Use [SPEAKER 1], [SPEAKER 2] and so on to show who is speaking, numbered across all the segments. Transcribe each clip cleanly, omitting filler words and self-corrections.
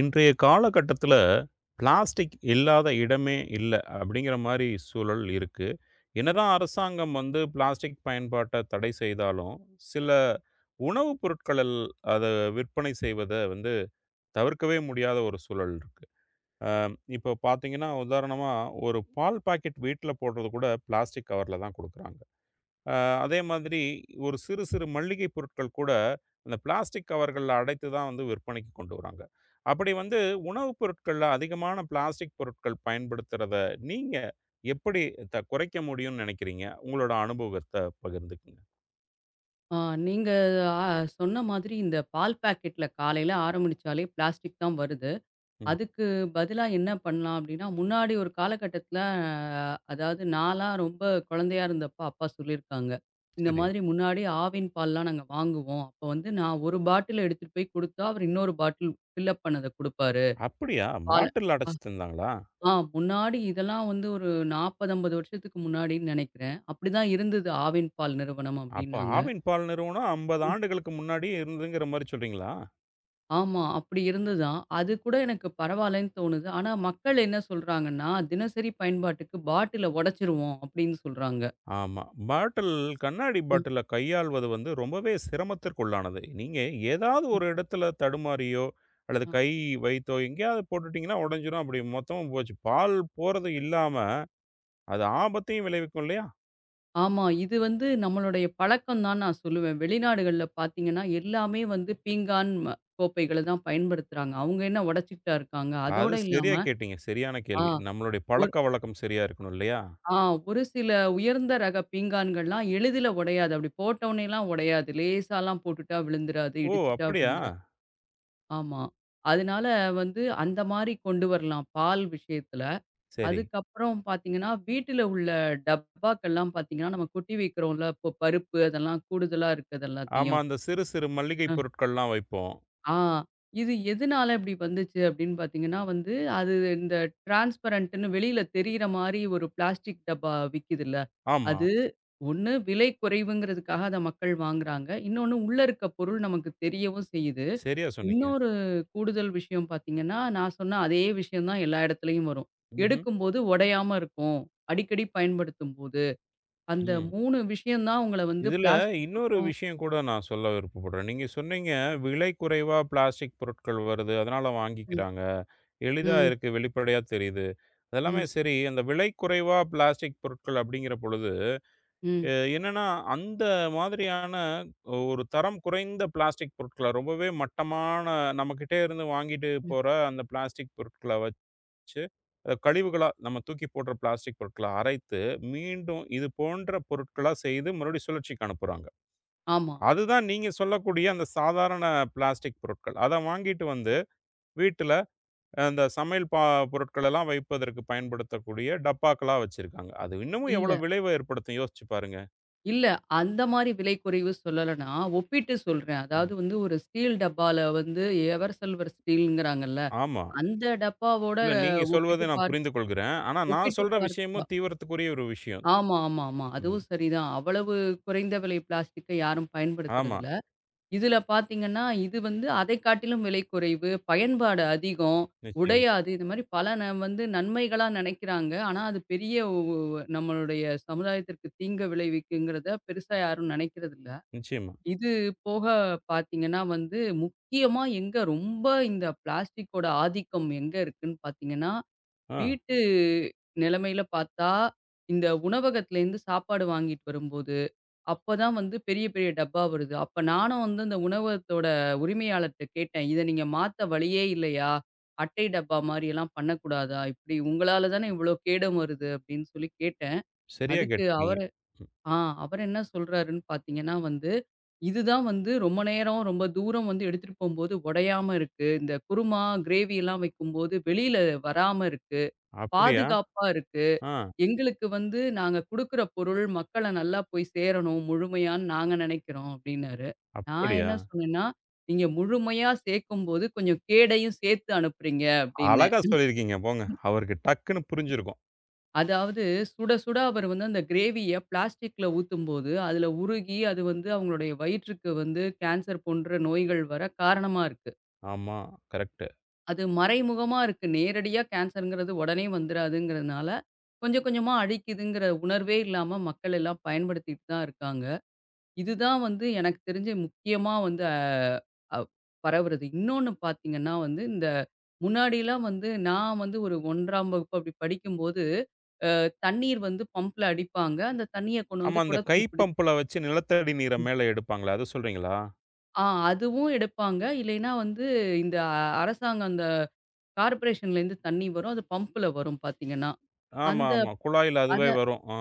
[SPEAKER 1] இன்றைய காலகட்டத்தில பிளாஸ்டிக் இல்லாத இடமே இல்ல. அப்படிங்கிற மாரி சூழல் இருக்கு. என்னதான் அரசாங்கம் வந்து பிளாஸ்டிக் பயன்பாட்ட தடை செய்தாலும், சில உணவுப் பொருட்களில் அத விற்பனை செய்வத வந்து தவிர்க்கவே முடியாத ஒரு சூழல் இருக்கு. இப்போ பார்த்தீங்கன்னா, உதாரணமா ஒரு பால் பாக்கெட் வீட்ல போடுறது கூட பிளாஸ்டிக் கவர்ல தான் குடுக்குறாங்க. அ அதே மாதிரி ஒரு சிறு சிறு மல்லிகை பொருட்கள் கூட அந்த பிளாஸ்டிக் கவர்கள்ல அடைத்து தான் வந்து விற்பனைக்கு கொண்டு வராங்க. அப்படி வந்து உணவுப் பொருட்கள்ல அதிகமான பிளாஸ்டிக் பொருட்கள் பயன்படுத்துறத நீங்க எப்படி குறைக்க முடியும்னு நினைக்கிறீங்க? உங்களோட அனுபவத்த பகிர்ந்துக்குங்க.
[SPEAKER 2] ஆ நீங்க அ சொன்ன மாதிரி இந்த பால் பாக்கெட்ல காலையில ஆரம்பிச்சாலே பிளாஸ்டிக் தான் வருது.
[SPEAKER 1] ம்.
[SPEAKER 2] அதுக்கு பதிலா என்ன பண்ணலாம் அப்டின்னா, முன்னாடி ஒரு காலகட்டத்தில அதாவது நான்லாம் ரொம்ப குழந்தையா இருந்தப்ப அப்பா சொல்லியிருக்காங்க. இந்த
[SPEAKER 1] சரி.
[SPEAKER 2] மாதிரி முன்னாடி ஆவின் பால்லாம் நாங்க வாங்குவோம். அப்ப வந்து நான் 1 பாட்டில் எடுத்துட்டு போய் குடுத்தா, அவர் இன்னொரு பாட்டில் ஃபில் அப் பண்ணத குடுப்பாரு.
[SPEAKER 1] அப்படியா?
[SPEAKER 2] பால
[SPEAKER 1] பாட்டில்ல
[SPEAKER 2] அ
[SPEAKER 1] அடைச்சு தந்தாங்களா?
[SPEAKER 2] ஆ முன்னாடி இதெல்லாம் வந்து ஒரு 40, 50 வருஷத்துக்கு முன்னாடின்னு நெனைக்கிறேன். அப்படிதான் இருந்தது ஆவின் பால் நிறுவனம்
[SPEAKER 1] அப்ப
[SPEAKER 2] அப்டின்னாங்க.
[SPEAKER 1] ஆவின் பால் நிறுவனம் 50 ஆண்டுகளுக்கு முன்னாடியே இருந்ததுங்கிற மாரி சொல்றீங்களா?
[SPEAKER 2] ஆமா. அப்படி இருந்துதான். அது கூட எனக்கு பரவாயில்லன்னு தோணுது. ஆனா மக்கள் என்ன சொல்றாங்கன்னா, "தினசரி பயன்பாட்டுக்கு பாட்டில உடைச்சுருவோம்" அப்படின்னு சொல்றாங்க.
[SPEAKER 1] ஆமா. பாட்டில் கண்ணாடி
[SPEAKER 2] ம்.
[SPEAKER 1] பாட்டில கையாள்வது வந்து ரொம்பவே சிரமத்திற்குள்ளானது. நீங்க ஏதாவது ஒரு இடத்துல தடுமாறியோ, அல்லது
[SPEAKER 2] ஆ.
[SPEAKER 1] கை வைத்தோ எங்கேயாவது போட்டுட்டீங்கன்னா உடைஞ்சிரும். அப்படி மொத்தமும் போச்சு. பால் போறது இல்லாம, அது ஆபத்தையும் விளைவிக்கும் இல்லையா?
[SPEAKER 2] ஆமா. இது வந்து நம்மளுடைய பழக்கம் தான் நான் சொல்லுவேன். வெளிநாடுகள்ல பார்த்தீங்கன்னா, எல்லாமே வந்து பீங்கான் கோப்பைகள தான் பயன்படுத்துறாங்க. அவங்க என்ன உடைச்சுக்கிட்டா இருக்காங்க?
[SPEAKER 1] அது
[SPEAKER 2] அதோட இல்லாம
[SPEAKER 1] சரியா கேட்டீங்க. சரியான
[SPEAKER 2] ஆ
[SPEAKER 1] கேள்வி. நம்மளுடைய
[SPEAKER 2] ஒரு
[SPEAKER 1] பழக்கவழக்கம் சரியா இருக்கணும் இல்லையா?
[SPEAKER 2] ஆ ஒரு சில உயர்ந்த ரக பீங்கான்கள்லாம் எளிதில உடையாது. அப்படி போட்டோனேலாம் உடையாது. லேசாலாம் போட்டுட்டா விழுந்துராது,
[SPEAKER 1] ஓ!
[SPEAKER 2] இடிச்சுட்டா
[SPEAKER 1] அப்படியா?
[SPEAKER 2] விழுந்துராது. ஆமா. அதனால வந்து அந்த மாரி கொண்டு வரலாம் பால் விஷயத்துல.
[SPEAKER 1] சரி.
[SPEAKER 2] அதுக்கப்புறம் பார்த்தீங்கன்னா, வீட்டில உள்ள டப்பாக்கள்லாம் பார்த்தீங்கன்னா, நம்ம கொட்டி வைக்கிறோம்ல, இப்போ பருப்பு அதெல்லாம் கூடுதலா இருக்குது
[SPEAKER 1] ஆமா.
[SPEAKER 2] எல்லாத்தையும்.
[SPEAKER 1] அந்த சிறு சிறு மல்லிகை
[SPEAKER 2] அ
[SPEAKER 1] பொருட்கள்லாம் வைப்போம்.
[SPEAKER 2] ஆ இது எதுனால இப்படி வந்துச்சு அப்படின்னு பார்த்தீங்கன்னா வந்து, அது இந்த டிரான்ஸ்பரண்ட்ன்னு வெளியில தெரியிற மாரி ஒரு பிளாஸ்டிக் டப்பா விக்குதுல்ல.
[SPEAKER 1] ஆமா.
[SPEAKER 2] அது ஒண்ணு விலை குறைவுங்கிறதுக்காக அத மக்கள் வாங்குறாங்க. இன்னொன்னு உள்ள இருக்க பொருள் நமக்கு தெரியவும் செய்யுது.
[SPEAKER 1] சரியா சொன்னீங்க.
[SPEAKER 2] இன்னொரு கூடுதல் விஷயம் பார்த்தீங்கன்னா, நான் சொன்ன அதே விஷயம் தான் எல்லா இடத்துலயும் வரும்.
[SPEAKER 1] ம்ஹ்ம்.
[SPEAKER 2] எடுக்கும்போது உடையாம இருக்கும். அடிக்கடி பயன்படுத்தும்போது. அந்த
[SPEAKER 1] ம்.
[SPEAKER 2] 3 விஷயம் தான் உங்கள வந்து
[SPEAKER 1] இதில
[SPEAKER 2] பிளாஸ்டிக்
[SPEAKER 1] இன்னொரு
[SPEAKER 2] பக்கம்.
[SPEAKER 1] விஷயம் கூட நான் சொல்ல விருப்பப்படுறேன். நீங்க சொன்னீங்க, விலை குறைவா பிளாஸ்டிக் பொருட்கள் வருது. அதனால
[SPEAKER 2] ம்,
[SPEAKER 1] வாங்கிக்கிறாங்க. எளிதா
[SPEAKER 2] ம்,
[SPEAKER 1] இருக்கு. வெளிப்படையா தெரியுது. அதெல்லாமே
[SPEAKER 2] ம்,
[SPEAKER 1] சரி. அந்த விலை குறைவா பிளாஸ்டிக் பொருட்கள் அப்படிங்கிற பொழுது, அ
[SPEAKER 2] ம்,
[SPEAKER 1] என்னன்னா, அந்த மாதிரியான ஒரு தரம் குறைந்த பிளாஸ்டிக் பொருட்கள ரொம்பவே மட்டமான நம்மகிட்ட இருந்து வாங்கிட்டு
[SPEAKER 2] ம்.
[SPEAKER 1] போற அந்த பிளாஸ்டிக் பொருட்கள வச்சு, அத கழிவுகளா நம்ம தூக்கி போடுற பிளாஸ்டிக் பொருட்கள அரைத்து, மீண்டும் இது போன்ற பொருட்களா செய்து மறுபடியும் சுழற்சிக்கு அனுப்புறாங்க.
[SPEAKER 2] ஆமா.
[SPEAKER 1] அதுதான் நீங்க சொல்லக்கூடிய அந்த சாதாரண பிளாஸ்டிக் பொருட்கள். அத வாங்கிட்டு வந்து வீட்ல அந்த சமையல் பொருட்களெல்லாம் வைப்பதற்கு பயன்படுத்தக்கூடிய டப்பாக்களா வச்சிருக்காங்க. அது இன்னமும் எவ்வளோ
[SPEAKER 2] இல்ல,
[SPEAKER 1] விளைவ ஏற்படுத்தும் யோசிச்சு பாருங்க.
[SPEAKER 2] இல்ல. அந்த மாரி விலை குறைவு சொல்லல நான். ஒப்பிட்டு சொல்றேன்.
[SPEAKER 1] ம்.
[SPEAKER 2] அதாவது வந்து ஒரு ஸ்டீல் டப்பால வந்து எவர் சில்வர் ஸ்டீல்ங்கிறாங்கல்ல.
[SPEAKER 1] ஆமா.
[SPEAKER 2] அந்த டப்பாவோட
[SPEAKER 1] இல்ல நீங்க சொல்வதை
[SPEAKER 2] ஒப்பிட்டு
[SPEAKER 1] நான்
[SPEAKER 2] பார்
[SPEAKER 1] புரிந்து கொள்கிறேன். ஆனா நான்
[SPEAKER 2] ஒப்பிட்டு
[SPEAKER 1] சொல்ற
[SPEAKER 2] பார்த்து
[SPEAKER 1] விஷயமும் தீவிரத்துக்குரிய ஒரு விஷயம்.
[SPEAKER 2] ஆமா, ஆமா, ஆமா.
[SPEAKER 1] ம்.
[SPEAKER 2] அதுவும் சரிதான். அவ்வளவு குறைந்த விலை பிளாஸ்டிக்க யாரும்
[SPEAKER 1] ஆமா.
[SPEAKER 2] பயன்படுத்துறதில்ல. இதுல பார்த்தீங்கன்னா, இது வந்து அதை காட்டிலும் விலை குறைவு, பயன்பாடு அதிகம்,
[SPEAKER 1] நிச்சயமா,
[SPEAKER 2] உடையாது. இந்த மாரி பல வந்து நன்மைகளா நினைக்கிறாங்க. ஆனா, அது பெரிய ஒ ஒ நம்மளுடைய சமுதாயத்திற்கு தீங்கு விளைவிக்குங்கிறத பெருசா யாரும் நினைக்கிறதில்ல.
[SPEAKER 1] நிச்சயமா.
[SPEAKER 2] இது போக பார்த்தீங்கன்னா வந்து, முக்கியமா எங்க ரொம்ப இந்த பிளாஸ்டிக்கோட ஆதிக்கம் எங்க இருக்குன்னு பார்த்தீங்கன்னா,
[SPEAKER 1] ஆ,
[SPEAKER 2] வீட்டு நிலைமையில பார்த்தா, இந்த உணவகத்திலேருந்து சாப்பாடு வாங்கிட்டு வரும்போது, அப்பதான் வந்து பெரிய பெரிய டப்பா வருது. அப்ப நானும் வந்து அந்த உணவகத்தோட உரிமையாளர்ட்ட கேட்டேன். "இத நீங்க மாத்த வழியே இல்லையா? அட்டை டப்பா மாரியெல்லாம் பண்ணக்கூடாதா? இப்படி உங்களால தானே இவ்வளோ கேடம் வருது." அப்படின்னு சொல்லி கேட்டேன்.
[SPEAKER 1] சரியா
[SPEAKER 2] அதுக்கு
[SPEAKER 1] கேட்டிருக்கீங்க.
[SPEAKER 2] அவரு
[SPEAKER 1] ம்.
[SPEAKER 2] ஆ அவர் என்ன சொல்றாருன்னு பார்த்தீங்கன்னா வந்து, "இதுதான் வந்து ரொம்ப நேரம், ரொம்ப தூரம் வந்து எடுத்துட்டு போம்போது உடையாம இருக்கு. இந்த குருமா, கிரேவிலாம் வைக்கும்போது வெளியில வராம இருக்கு."
[SPEAKER 1] அப்படியா?
[SPEAKER 2] பாதுகாப்பா இருக்கு.
[SPEAKER 1] ஆ,
[SPEAKER 2] எங்களுக்கு வந்து நாங்க குடுக்குற பொருள் மக்கள நல்லா போய் சேரணும், முழுமையான்னு நாங்க நெனைக்கிறோம் அப்டின்னாரு. நான்
[SPEAKER 1] அப்படியா?
[SPEAKER 2] என்ன சொன்னேன்னா, நீங்க முழுமையா சேர்க்கும்போது கொஞ்சம் கேடையும் சேர்த்து அனுப்புறீங்க அப்டின்னேன்.
[SPEAKER 1] அழகா சொல்லியிருக்கீங்க போங்க. அவருக்கு டக்குன்னு புரிஞ்சிருக்கும்.
[SPEAKER 2] அதாவது சுட சுட அவர் வந்து அந்த கிரேவிய பிளாஸ்டிக்ல ஊத்தும்போது, அதுல உருகி அது வந்து அவங்களுடைய வயிற்றுக்கு வந்து கேன்சர் போன்ற நோய்கள் வர காரணமா இருக்கு.
[SPEAKER 1] ஆமா, கரெக்ட்.
[SPEAKER 2] அது மறைமுகமா இருக்கு. நேரடியா கேன்சர்ங்கிறது உடனே வந்துராதுங்கிறதுனால, கொஞ்சம் கொஞ்சமா அழிக்குதுங்கிற உணர்வே இல்லாம மக்கள் எல்லாம் பயன்படுத்திட்டு தான் இருக்காங்க. இதுதான் வந்து எனக்கு தெரிஞ்சு முக்கியமா வந்து அ அவ் பரவுறது. இன்னொன்னு பார்த்தீங்கன்னா வந்து, இந்த முன்னாடிலாம் வந்து நான் வந்து ஒரு 1ஆம் வகுப்பு அப்படி படிக்கும்போது, அ தண்ணீர் வந்து பம்ப்ல அடிப்பாங்க. அந்த தண்ணிய கொண்டு
[SPEAKER 1] ஆமா.
[SPEAKER 2] வந்து
[SPEAKER 1] அந்த கை
[SPEAKER 2] குடத்துல பிடிச்சு
[SPEAKER 1] பம்புல வச்சு நிலத்தடி நீர மேல எடுப்பாங்களே, அது சொல்றீங்களா?
[SPEAKER 2] ஆ அதுவும் எடுப்பாங்க. இல்லைன்னா வந்து இந்த அரசாங்கம் அந்த கார்ப்பரேஷன்லேருந்து தண்ணி வரும். அது பம்புல வரும் பார்த்தீங்கன்னா.
[SPEAKER 1] ஆமா,
[SPEAKER 2] அந்த
[SPEAKER 1] ஆமா. குழாயில
[SPEAKER 2] அத
[SPEAKER 1] அதுவே வரும். ஆ.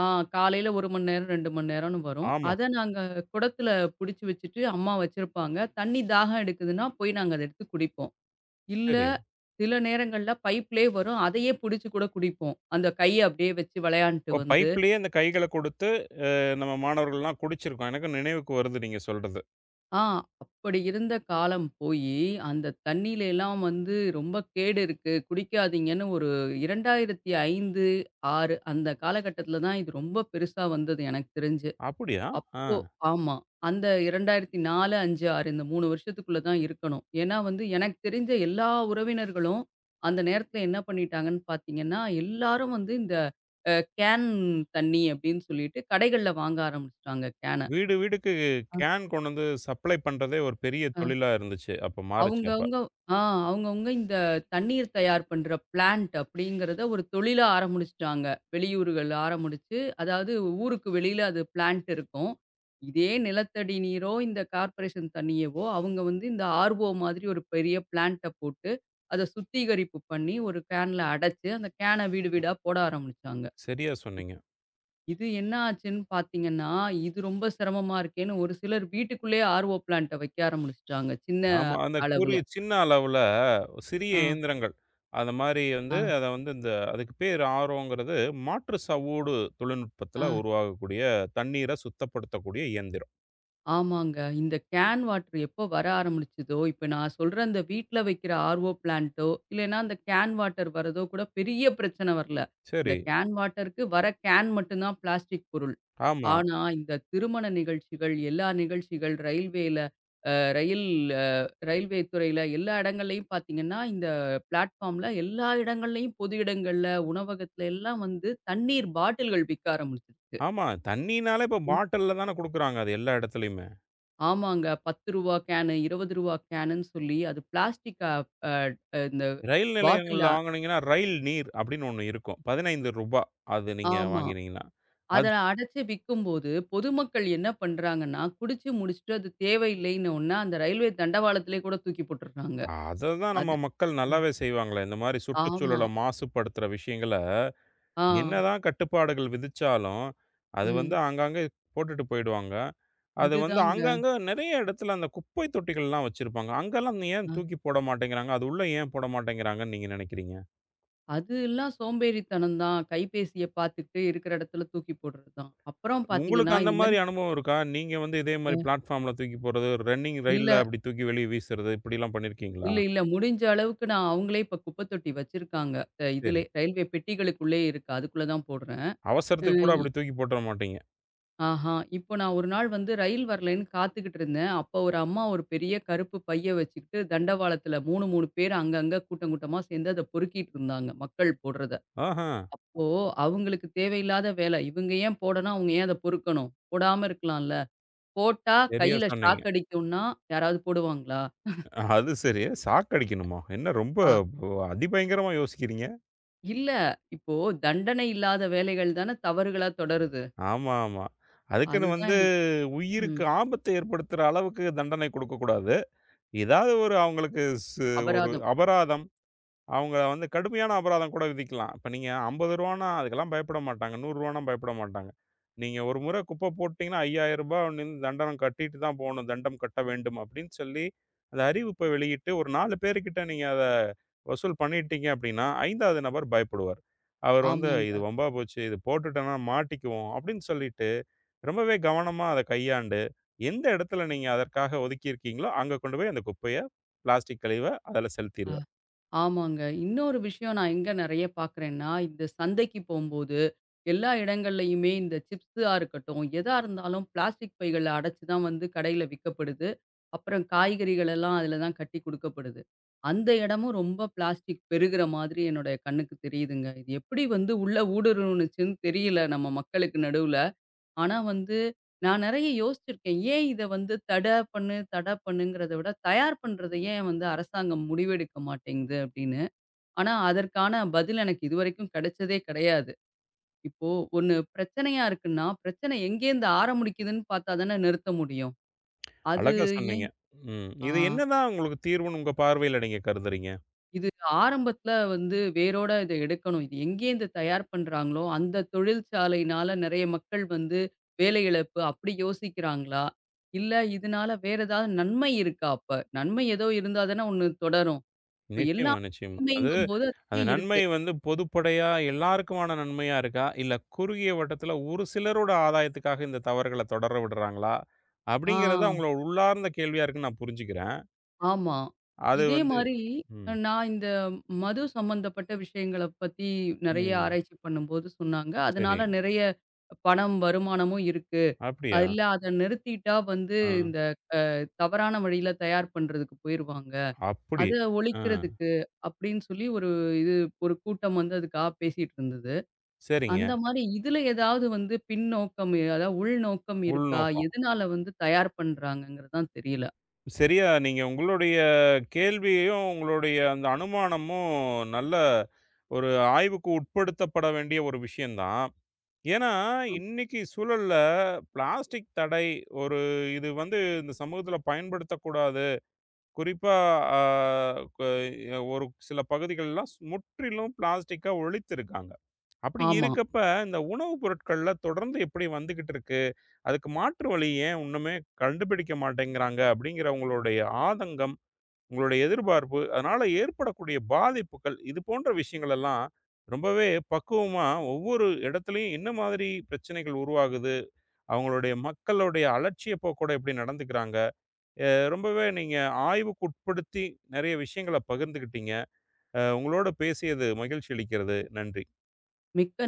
[SPEAKER 2] ஆ காலையில 1 மணி நேரம், 2 மணி நேரம்னு வரும்.
[SPEAKER 1] ஆமா.
[SPEAKER 2] அத நாங்க குடத்துல புடிச்சு வச்சுட்டு, அம்மா வச்சிருப்பாங்க. தண்ணி தாகம் எடுக்குதுன்னா, போய் நாங்க அத எடுத்து குடிப்போம். இல்ல,
[SPEAKER 1] சரி.
[SPEAKER 2] சில நேரங்கள்ல பைப்லயே வரும். அதையே புடிச்சு கூட குடிப்போம். அந்த கைய அப்படியே வச்சு விளையாண்ட்டு
[SPEAKER 1] ஓ!
[SPEAKER 2] வந்து.
[SPEAKER 1] பைப்லயே அந்த கைகள குடுத்து நம்ம மாணவர்கள்லாம் குடிச்சிருக்கோம். எனக்கும் நினைவுக்கு வருது நீங்க சொல்றது.
[SPEAKER 2] ஆ அப்படி இருந்த காலம் போயி, அந்த தண்ணீல எல்லாம் வந்து ரொம்ப கேடு இருக்கு. குடிக்காதீங்கன்னு ஒரு 2005, 6 அந்த காலகட்டத்துல தான் இது ரொம்ப பெருசா வந்தது எனக்கு தெரிஞ்சு.
[SPEAKER 1] அப்படியா? ஆ.
[SPEAKER 2] அப்போ ஆமா. அந்த 2004, 5, 6 இந்த 3 வருஷத்துக்குள்ள தான் இருக்கணும். ஏன்னா வந்து எனக்கு தெரிஞ்ச எல்லா உறவினர்களும் அந்த நேரத்துல என்ன பண்ணிட்டாங்கன்னு பார்த்தீங்கன்னா, எல்லாரும் வந்து இந்த அ கேன் தண்ணி அப்படின்னு சொல்லிட்டு கடைகள்ல வாங்க ஆரம்பிச்சுட்டாங்க கேன.
[SPEAKER 1] வீடு வீடுக்கு
[SPEAKER 2] ஆ.
[SPEAKER 1] கேன் கொண்டு வந்து சப்ளை பண்றதே ஒரு பெரிய
[SPEAKER 2] அ.
[SPEAKER 1] தொழிலா இருந்துச்சு. அப்ப மாறுச்சு அப்ப.
[SPEAKER 2] அவங்கவங்க ஆ அவங்கவங்க இந்த தண்ணீர் தயார் பண்ற பிளான்ட் அப்படிங்கிறத ஒரு தொழிலா ஆரம்பிச்சுட்டாங்க. வெளியூர்கள்ல ஆரம்பிச்சு, அதாவது ஊருக்கு வெளியில அது பிளான்ட் இருக்கும். இதே நிலத்தடி நீரோ, இந்த கார்ப்பரேஷன் தண்ணியவோ, அவங்க வந்து இந்த ஆர்ஓ மாதிரி ஒரு பெரிய பிளான்ட்ட போட்டு, அத சுத்திகரிப்பு பண்ணி ஒரு கேன்ல அடைச்சு, அந்த கேன வீடு வீடா போட ஆரம்பிச்சாங்க.
[SPEAKER 1] சரியா சொன்னீங்க.
[SPEAKER 2] இது என்ன ஆச்சுன்னு பார்த்தீங்கன்னா, இது ரொம்ப சிரமமா இருக்கேன்னு ஒரு சிலர் வீட்டுக்குள்ளேயே ஆர்ஓ பிளான்ட்ட வைக்க ஆரம்பிச்சுட்டாங்க. சின்ன
[SPEAKER 1] ஆமா. அந்த
[SPEAKER 2] அளவுல.
[SPEAKER 1] சின்ன அளவுல சிறிய
[SPEAKER 2] ஆ,
[SPEAKER 1] இயந்திரங்கள். அந்த மாரி வந்து
[SPEAKER 2] ஆ.
[SPEAKER 1] அத வந்து இந்த அதுக்கு பேர் ஆரோங்கிறது மாற்று சவ்வூடு தொழில்நுட்பத்தில
[SPEAKER 2] ஆ,
[SPEAKER 1] உருவாகக்கூடிய தண்ணீர சுத்தப்படுத்தக்கூடிய இயந்திரம்.
[SPEAKER 2] ஆமாங்க. இந்த கேன் வாட்டர் எப்போ வர ஆரம்பிச்சதோ, இப்ப நான் சொல்ற அந்த வீட்ல வைக்கிற ஆர்ஓ பிளான்ட்டோ, இல்லன்னா அந்த கேன் வாட்டர் வரதோ கூட பெரிய பிரச்சனை வரல. இந்த
[SPEAKER 1] சரி.
[SPEAKER 2] கேன் வாட்டருக்கு வர கேன் மட்டும் தான் பிளாஸ்டிக் பொருள்.
[SPEAKER 1] ஆமா.
[SPEAKER 2] ஆனா, இந்த திருமண நிகழ்ச்சிகள், எல்லா நிகழ்ச்சிகள், ரயில்வேல அ ரயில் அ ரயில்வே துறையில எல்லா இடங்கள்லயும் பார்த்தீங்கன்னா, இந்த பிளாட்ஃபார்ம்ல எல்லா இடங்கள்லயும், பொது இடங்கள்ல, உணவகத்துல எல்லாம் வந்து தண்ணீர் பாட்டில்கள் விக்க ஆரம்பிச்சிருச்சு.
[SPEAKER 1] ஆமா. தண்ணீனாலே இப்ப பாட்டில்ல தான குடுக்குறாங்க அது எல்லா இடத்துலயுமே.
[SPEAKER 2] ஆமாங்க. ரூ. 10 கேனு, ரூ. 20 கேனுன்னு சொல்லி அது பிளாஸ்டிக் அ அ இந்த
[SPEAKER 1] ரயில்
[SPEAKER 2] பாட்டில்ல.
[SPEAKER 1] நிலையங்கள்ல வாங்குனீங்கன்னா, ரயில் நீர் அப்படின்னு ஒண்ணு இருக்கும். 15 ரூபாய் அது நீங்க
[SPEAKER 2] ஆமா.
[SPEAKER 1] வாங்கினீங்கன்னா.
[SPEAKER 2] அத
[SPEAKER 1] அது
[SPEAKER 2] அடைச்சு விக்கும்போது, பொதுமக்கள் என்ன பண்றாங்கன்னா, குடிச்சு முடிச்சுட்டு அது தேவையில்லைன்ன உடனே அந்த ரயில்வே தண்டவாளத்திலே கூட தூக்கி போட்டுடுறாங்க.
[SPEAKER 1] அத தான் நம்ம
[SPEAKER 2] அது
[SPEAKER 1] மக்கள்
[SPEAKER 2] அ
[SPEAKER 1] நல்லாவே செய்வாங்களே. இந்த மாரி
[SPEAKER 2] ஆமா.
[SPEAKER 1] சுற்றுச்சூழல மாசுபடுத்துற விஷயங்கள
[SPEAKER 2] ஆ.
[SPEAKER 1] என்னதான் கட்டுப்பாடுகள் விதிச்சாலும், அது வந்து
[SPEAKER 2] ம்.
[SPEAKER 1] ஆங்காங்கே போட்டுட்டு போயிடுவாங்க. அது வந்து
[SPEAKER 2] இதுதாங்க.
[SPEAKER 1] ஆங்காங்க நெறைய இடத்துல அந்த குப்பை தொட்டிகள்லாம் வச்சிருப்பாங்க. அங்கெல்லாம் நீ ஏன்
[SPEAKER 2] அ
[SPEAKER 1] தூக்கி போட மாட்டேங்கிறாங்க? அது உள்ள ஏன் போட மாட்டேங்கிறாங்கன்னு நீங்க நெனைக்கிறீங்க?
[SPEAKER 2] அது எல்லாம் சோம்பேறித்தனம் தான். கைபேசிய பார்த்துக்கிட்டு இருக்கிற இடத்துல தூக்கி போடுறது தான். அப்புறம்
[SPEAKER 1] உங்களுக்கு
[SPEAKER 2] பார்த்தீங்கன்னா,
[SPEAKER 1] அந்த
[SPEAKER 2] இந்த
[SPEAKER 1] மாரி
[SPEAKER 2] மாரி
[SPEAKER 1] அனுபவம் இருக்கா? நீங்க வந்து இதே மாரி
[SPEAKER 2] அ
[SPEAKER 1] பிளாட்ஃபார்ம்ல தூக்கி போடுறது, ரன்னிங்
[SPEAKER 2] இல்ல.
[SPEAKER 1] ரயில்ல அப்படி தூக்கி வெளிய வீசுறது இப்படிலாம் பண்ணியிருக்கீங்களா?
[SPEAKER 2] இல்ல, இல்ல. முடிஞ்ச அளவுக்கு நான் அவங்களே இப்ப குப்பை தொட்டி வச்சிருக்காங்க.
[SPEAKER 1] சரி.
[SPEAKER 2] இதுலே ரயில்வே பெட்டிகளுக்குள்ளேயே இருக்கு. அதுக்குள்ள தான் போடுறேன். அ
[SPEAKER 1] அவசரத்துக்கு கூட
[SPEAKER 2] இ
[SPEAKER 1] அப்படி தூக்கி போட்டுற மாட்டீங்க.
[SPEAKER 2] ஆஹா. இப்போ நான் ஒரு நாள் வந்து ரயில் வரலன்னு காத்துக்கிட்டு இருந்தேன். அப்போ ஒரு அம்மா ஒரு பெரிய கருப்பு பைய வச்சுக்கிட்டு தண்டவாளத்துல 3, 3 பேர் அங்கங்க கூட்டம் கூட்டமா சேர்ந்து அத பொறுக்கிட்டு இருந்தாங்க. மக்கள் போடுறத.
[SPEAKER 1] ஆஹா!
[SPEAKER 2] அப்போ அவங்களுக்கு தேவையில்லாத வேலை. இவங்க ஏன் போடணும்? அவங்க ஏன் அத பொறுக்கணும்? போடாம இருக்கலாம்ல. போட்டா
[SPEAKER 1] சரியா
[SPEAKER 2] கையில
[SPEAKER 1] சொன்னீங்க.
[SPEAKER 2] ஷாக் அடிக்கும்னா யாராவது போடுவாங்களா?
[SPEAKER 1] அது சரி. சாக்கடிக்கணுமா? என்ன ரொம்ப
[SPEAKER 2] அ.
[SPEAKER 1] அதிபயங்கரமா யோசிக்கிறீங்க.
[SPEAKER 2] இல்ல. இப்போ தண்டனை இல்லாத வேலைகள் தான தவறுகளா தொடருது.
[SPEAKER 1] ஆமா, ஆமா. அதுக்குன்னு
[SPEAKER 2] அதுதான்
[SPEAKER 1] வந்து
[SPEAKER 2] எனக்கு ம்.
[SPEAKER 1] உயிருக்கு ஆபத்தை ஏற்படுத்துற அளவுக்கு தண்டனை குடுக்கக்கூடாது. ஏதாவது ஒரு அவங்களுக்கு சு ஒரு
[SPEAKER 2] அபராதம்.
[SPEAKER 1] அபராதம், அவங்கள வந்து கடுமையான அபராதம் கூட விதிக்கலாம். இப்ப நீங்க 50 ரூபாய்ன்னா அதுக்கெல்லாம் பயப்பட மாட்டாங்க. 100 ரூபாய்ன்னா பயப்பட மாட்டாங்க. நீங்க ஒரு முறை குப்பை போட்டீங்கன்னா, 5000 ரூபாய் வந்து தண்டனம் கட்டிட்டு தான் போணும். தண்டம் கட்ட வேண்டும் அப்படின்னு சொல்லி, அந்த அறிவிப்ப வெளியிட்டு ஒரு 4 பேர்கிட்ட நீங்க அத வசூல் பண்ணிட்டீங்க அப்படின்னா, 5வது நபர் பயப்படுவார். அவர் வந்து
[SPEAKER 2] ஆமாங்க.
[SPEAKER 1] இது வம்பா போச்சு. இது போட்டுட்டோம்னா மாட்டிக்குவோம் அப்படின்னு சொல்லிட்டு, ரொம்பவே கவனமா அத கையாண்டு, எந்த இடத்துல நீங்க அதற்காக ஒதுக்கியிருக்கீங்களோ, அங்க கொண்டு போய் அந்த குப்பைய, பிளாஸ்டிக் கழிவ அதுல
[SPEAKER 2] அ
[SPEAKER 1] செலுத்திருவார்.
[SPEAKER 2] ஆமாங்க. இன்னொரு விஷயம் நான் எங்க நெறைய பார்க்குறேன்னா, இந்த சந்தைக்கு போம்போது, எல்லா இடங்கள்லயுமே இந்த சிப்ஸா இருக்கட்டும், எதா இருந்தாலும் பிளாஸ்டிக் பைகள்ல அடைச்சு தான் வந்து கடையில விக்கப்படுது. அப்புறம் காய்கறிகள் எல்லாம் அதில தான் கட்டி குடுக்கப்படுது. அந்த இடமும் ரொம்ப பிளாஸ்டிக் பெருகுற மாதிரி என்னுடைய கண்ணுக்கு தெரியுதுங்க. இது எப்படி வந்து உள்ள ஊடுருவுனுச்சுன்னு தெரியல நம்ம மக்களுக்கு நடுவுல. ஆனா வந்து, நான் நெறைய யோசிச்சிருக்கேன். ஏன் இத வந்து தட பண்ணு, தட பண்ணுங்கிறத விட, தயார் பண்றத ஏன் வந்து அரசாங்கம் முடிவெடுக்க மாட்டேங்குது அப்படின்னு. ஆனா, அதற்கான பதில் எனக்கு இதுவரைக்கும் கிடைச்சதே கிடையாது. இப்போ ஒண்ணு பிரச்சனையா இருக்குன்னா, பிரச்சனை எங்கேருந்து ஆரம்பிக்குதுன்னு பார்த்தா தானே நிறுத்த முடியும். அது
[SPEAKER 1] அழகா சொன்னீங்க.
[SPEAKER 2] ஏன்
[SPEAKER 1] ம்.
[SPEAKER 2] ஆ.
[SPEAKER 1] இது என்னதான் உங்களுக்கு தீர்வுன்னு உங்க பார்வையில நீங்க கருதுறீங்க?
[SPEAKER 2] இது ஆரம்பத்துல வந்து வேரோட இத எடுக்கணும். இது எங்கேருந்து தயார் பண்றாங்களோ, அந்த தொழிற்சாலையினால நெறைய மக்கள் வந்து வேலை இழப்பு அப்படி யோசிக்கிறாங்களா? இல்ல இதனால வேற ஏதாவது நன்மை இருக்கா அப்ப? நன்மை ஏதோ இருந்தா தானே ஒண்ணு தொடரும். இப்ப எல்லா
[SPEAKER 1] நிச்சயமா, நிச்சயமா. அது
[SPEAKER 2] தீமைங்கும்போது அது
[SPEAKER 1] அந்த
[SPEAKER 2] ஏன்
[SPEAKER 1] நன்மை
[SPEAKER 2] இருக்கு?
[SPEAKER 1] வந்து பொதுப்படையா எல்லாருக்குமான நன்மையா இருக்கா? இல்ல குறுகிய வட்டத்துல ஒரு சிலரோட ஆதாயத்துக்காக இந்த தவறுகள தொடர விடுறாங்களா?
[SPEAKER 2] ஆ,
[SPEAKER 1] அப்படிங்கிறது தான் உங்களோட உள்ளார்ந்த கேள்வியா இருக்குன்னு நான் புரிஞ்சுக்கிறேன்.
[SPEAKER 2] ஆமா.
[SPEAKER 1] அது
[SPEAKER 2] இதே
[SPEAKER 1] வந்து
[SPEAKER 2] மாரி
[SPEAKER 1] ம்,
[SPEAKER 2] நான் இந்த மது சம்மந்தப்பட்ட விஷயங்கள பத்தி நெறைய
[SPEAKER 1] ம்.
[SPEAKER 2] ஆராய்ச்சி பண்ணும்போது சொன்னாங்க.
[SPEAKER 1] சரி.
[SPEAKER 2] அதனால நெறைய பணம் வருமானமும் இருக்கு.
[SPEAKER 1] அப்படியா?
[SPEAKER 2] அது இல்ல அத நிறுத்திட்டா வந்து
[SPEAKER 1] ஆ.
[SPEAKER 2] இந்த தவறான வழியில தயார் பண்றதுக்கு போயிருவாங்க.
[SPEAKER 1] அப்படி.
[SPEAKER 2] அத
[SPEAKER 1] ஆ.
[SPEAKER 2] ஒழிக்கிறதுக்கு அப்டின்னு சொல்லி ஒரு இது ஒரு கூட்டம் வந்து அதுக்காக பேசிட்டு இருந்தது.
[SPEAKER 1] சரிங்க.
[SPEAKER 2] அந்த மாரி இதுல ஏதாவது வந்து பின்னோக்கம் அதாவது உள்நோக்கம் இருக்கா?
[SPEAKER 1] உள்நோக்கம்.
[SPEAKER 2] எதனால வந்து தயார் பண்றாங்கங்கிறது தான் தெரியல.
[SPEAKER 1] சரியா நீங்க உங்களுடைய கேள்வியையும், உங்களுடைய அந்த அனுமானமும் நல்ல ஒரு ஆய்வுக்கு உட்படுத்தப்பட வேண்டிய ஒரு விஷயம் தான். ஏன்னா, இன்னைக்கு சூழல்ல பிளாஸ்டிக் தடை ஒரு இது வந்து இந்த சமூகத்தில பயன்படுத்தக்கூடாது. குறிப்பா அ க ஒரு சில பகுதிகள்லாம் முற்றிலும் பிளாஸ்டிக்க ஒழித்திருக்காங்க. அப்படி
[SPEAKER 2] ஆமா.
[SPEAKER 1] இருக்கப்ப இந்த உணவு பொருட்கள்ல தொடர்ந்து எப்படி வந்துகிட்டு இருக்கு? அதுக்கு மாற்று வழி ஏன் ஒண்ணுமே கண்டுபிடிக்க மாட்டேங்கிறாங்க? அப்படிங்கிற உங்களுடைய ஆதங்கம், உங்களுடைய எதிர்பார்ப்பு, அதனால ஏற்படக்கூடிய பாதிப்புகள், இது போன்ற விஷயங்கள் எல்லாம் ரொம்பவே பக்குவமா ஒவ்வொரு இடத்துலயும் என்ன மாதிரி பிரச்சனைகள் உருவாகுது? அவங்களுடைய மக்களுடைய அலட்சிய போக்கோட எப்படி நடந்துக்கிறாங்க? ரொம்பவே நீங்க ஆய்வுக்கு உட்படுத்தி நெறைய விஷயங்கள பகிர்ந்துக்கிட்டீங்க. உங்களோட பேசியது மகிழ்ச்சி அளிக்கிறது. நன்றி.
[SPEAKER 2] மிக்க